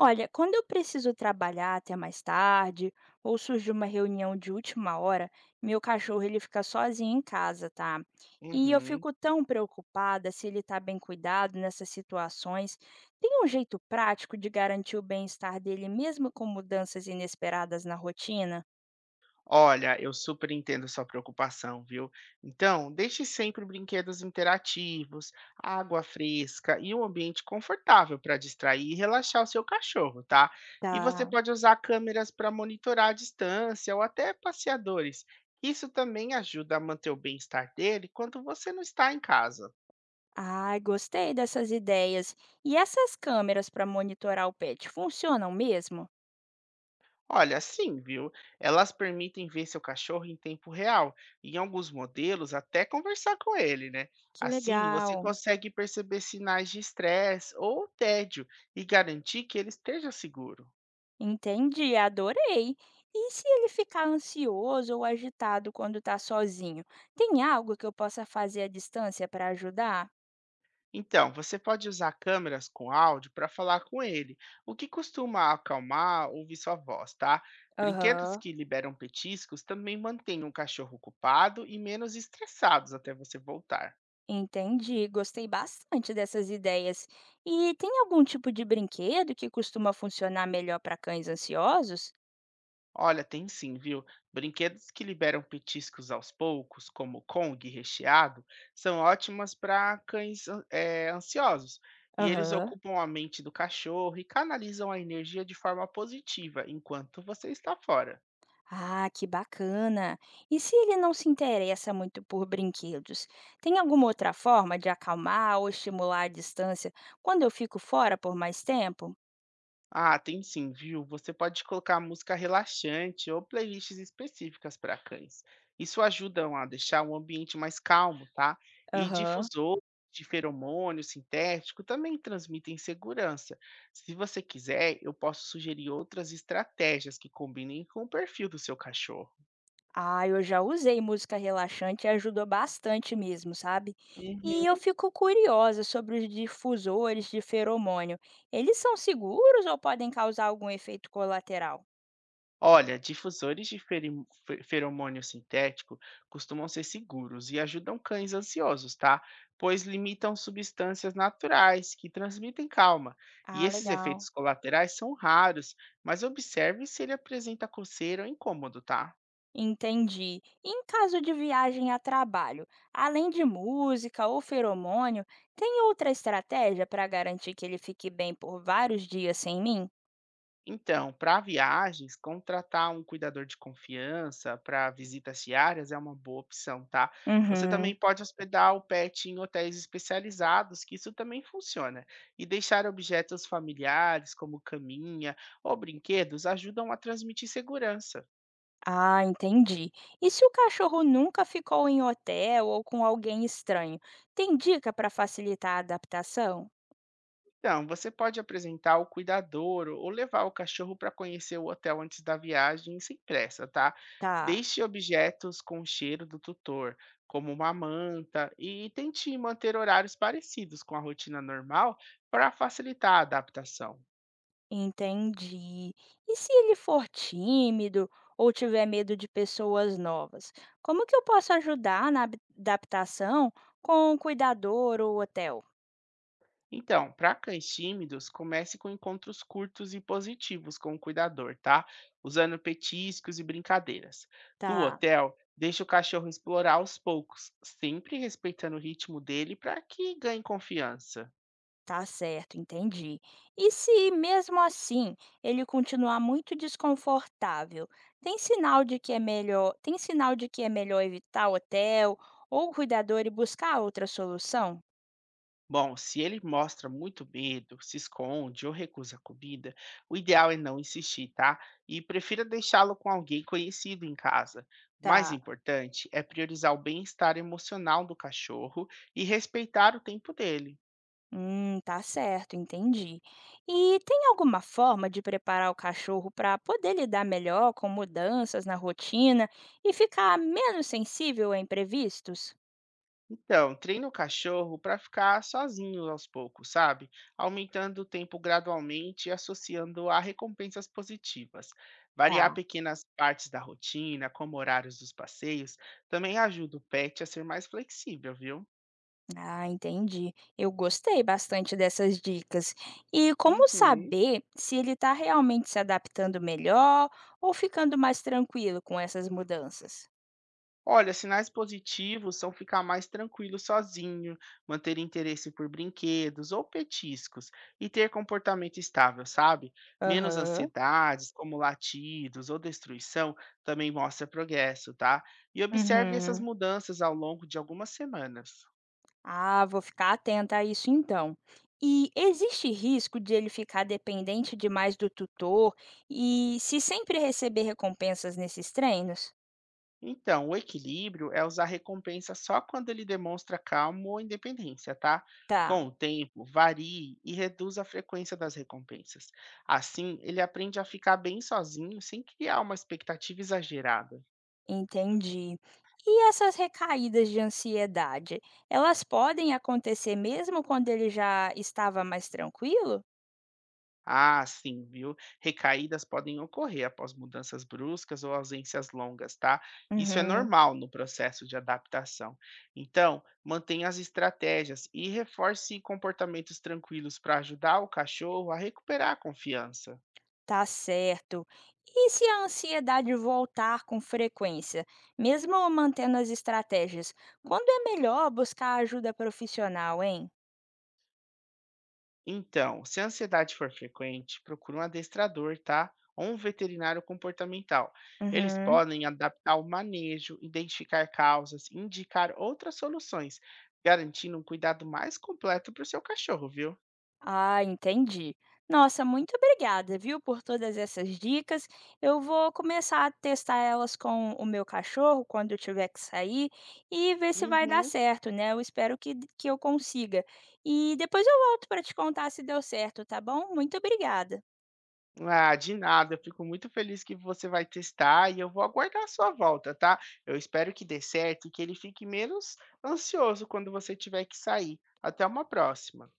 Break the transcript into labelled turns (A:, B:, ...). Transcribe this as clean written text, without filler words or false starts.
A: Olha, quando eu preciso trabalhar até mais tarde, ou surge uma reunião de última hora, meu cachorro ele fica sozinho em casa, tá? E eu
B: Uhum.
A: fico tão preocupada se ele tá bem cuidado nessas situações. Tem um jeito prático de garantir o bem-estar dele mesmo com mudanças inesperadas na rotina?
B: Olha, eu super entendo sua preocupação, viu? Então, deixe sempre brinquedos interativos, água fresca e um ambiente confortável para distrair e relaxar o seu cachorro, tá? E você
A: Tá.
B: pode usar câmeras para monitorar a distância ou até passeadores. Isso também ajuda a manter o bem-estar dele quando você não está em casa.
A: Ai, gostei dessas ideias. E essas câmeras para monitorar o pet funcionam mesmo?
B: Olha, sim, viu? Elas permitem ver seu cachorro em tempo real, e em alguns modelos até conversar com ele, né?
A: Que
B: Assim, você
A: legal.
B: consegue perceber sinais de estresse ou tédio e garantir que ele esteja seguro.
A: Entendi, adorei. E se ele ficar ansioso ou agitado quando está sozinho, tem algo que eu possa fazer à distância para ajudar?
B: Então, você pode usar câmeras com áudio para falar com ele, o que costuma acalmar ouvir sua voz, tá? Brinquedos
A: Aham.
B: que liberam petiscos também mantêm o cachorro ocupado e menos estressados até você voltar.
A: Entendi, gostei bastante dessas ideias. E tem algum tipo de brinquedo que costuma funcionar melhor para cães ansiosos?
B: Olha, tem sim, viu? Brinquedos que liberam petiscos aos poucos, como o Kong recheado, são ótimas para ansiosos. E eles
A: Aham.
B: ocupam a mente do cachorro e canalizam a energia de forma positiva enquanto você está fora.
A: Ah, que bacana! E se ele não se interessa muito por brinquedos, tem alguma outra forma de acalmar ou estimular a distância quando eu fico fora por mais tempo?
B: Ah, tem sim, viu? Você pode colocar música relaxante ou playlists específicas para cães. Isso ajuda a deixar o ambiente mais calmo, tá? E
A: Aham.
B: difusor de feromônio sintético também transmitem segurança. Se você quiser, eu posso sugerir outras estratégias que combinem com o perfil do seu cachorro.
A: Ah, eu já usei música relaxante e ajudou bastante mesmo, sabe? E eu
B: Uhum.
A: fico curiosa sobre os difusores de feromônio. Eles são seguros ou podem causar algum efeito colateral?
B: Olha, difusores de ferim- fe- feromônio sintético costumam ser seguros e ajudam cães ansiosos, tá? Pois limitam substâncias naturais que transmitem calma. E
A: Ah,
B: esses efeitos
A: legal.
B: colaterais são raros, mas observe se ele apresenta coceira ou incômodo, tá?
A: Entendi. Em caso de viagem a trabalho, além de música ou feromônio, tem outra estratégia para garantir que ele fique bem por vários dias sem mim?
B: Então, para viagens, contratar um cuidador de confiança para visitas diárias é uma boa opção, tá? Você também
A: Uhum.
B: pode hospedar o pet em hotéis especializados, que isso também funciona. E deixar objetos familiares, como caminha ou brinquedos, ajudam a transmitir segurança.
A: Ah, entendi. E se o cachorro nunca ficou em hotel ou com alguém estranho, tem dica para facilitar a adaptação?
B: Então, você pode apresentar o cuidador ou levar o cachorro para conhecer o hotel antes da viagem sem pressa, tá?
A: Tá,
B: Deixe objetos com o cheiro do tutor, como uma manta, e tente manter horários parecidos com a rotina normal para facilitar a adaptação.
A: entendi. E se ele for tímido ou tiver medo de pessoas novas, como que eu posso ajudar na adaptação com o cuidador ou hotel?
B: Então, para cães tímidos, comece com encontros curtos e positivos com o cuidador, tá? Usando petiscos e brincadeiras. No
A: Tá.
B: hotel, deixe o cachorro explorar aos poucos, sempre respeitando o ritmo dele para que ganhe confiança.
A: Tá certo, entendi. E se mesmo assim ele continuar muito desconfortável, tem sinal de que é melhor evitar o hotel ou o cuidador e buscar outra solução?
B: Bom, se ele mostra muito medo, se esconde ou recusa a comida, o ideal é não insistir, tá? E prefira deixá-lo com alguém conhecido em casa. O mais
A: Tá.
B: importante é priorizar o bem-estar emocional do cachorro e respeitar o tempo dele.
A: Tá certo, entendi. E tem alguma forma de preparar o cachorro para poder lidar melhor com mudanças na rotina e ficar menos sensível a imprevistos?
B: Então, treina o cachorro para ficar sozinho aos poucos, sabe? Aumentando o tempo gradualmente e associando a recompensas positivas. Variar
A: Tá.
B: pequenas partes da rotina, como horários dos passeios, também ajuda o pet a ser mais flexível, viu?
A: Ah, entendi. Eu gostei bastante dessas dicas. E como
B: Uhum.
A: saber se ele está realmente se adaptando melhor ou ficando mais tranquilo com essas mudanças?
B: Olha, sinais positivos são ficar mais tranquilo sozinho, manter interesse por brinquedos ou petiscos e ter comportamento estável, sabe? Menos
A: Aham.
B: ansiedades, como latidos ou destruição, também mostra progresso, tá? E observe essas
A: Uhum.
B: mudanças ao longo de algumas semanas.
A: Ah, vou ficar atenta a isso então. E existe risco de ele ficar dependente demais do tutor e se sempre receber recompensas nesses treinos?
B: Então, o equilíbrio é usar recompensa só quando ele demonstra calma ou independência, tá?
A: Tá.
B: Com o tempo, varie e reduz a frequência das recompensas. Assim, ele aprende a ficar bem sozinho sem criar uma expectativa exagerada.
A: Entendi. E essas recaídas de ansiedade, elas podem acontecer mesmo quando ele já estava mais tranquilo?
B: Ah, sim, viu? Recaídas podem ocorrer após mudanças bruscas ou ausências longas, tá? Isso é
A: Uhum,
B: normal no processo de adaptação. Então, mantenha as estratégias e reforce comportamentos tranquilos para ajudar o cachorro a recuperar a confiança.
A: tá certo. E se a ansiedade voltar com frequência, mesmo mantendo as estratégias, quando é melhor buscar ajuda profissional, hein?
B: Então, se a ansiedade for frequente, procure um adestrador, tá? Ou um veterinário comportamental. Eles
A: Uhum.
B: podem adaptar o manejo, identificar causas, indicar outras soluções, garantindo um cuidado mais completo para o seu cachorro, viu?
A: Ah, entendi. Nossa, muito obrigada, viu, por todas essas dicas. Eu vou começar a testar elas com o meu cachorro quando eu tiver que sair e ver se vai dar
B: Uhum.
A: certo, né? Eu espero que eu consiga. E depois eu volto para te contar se deu certo, tá bom? Muito obrigada.
B: Ah, de nada. Eu fico muito feliz que você vai testar e eu vou aguardar a sua volta, tá? Eu espero que dê certo e que ele fique menos ansioso quando você tiver que sair. Até uma próxima.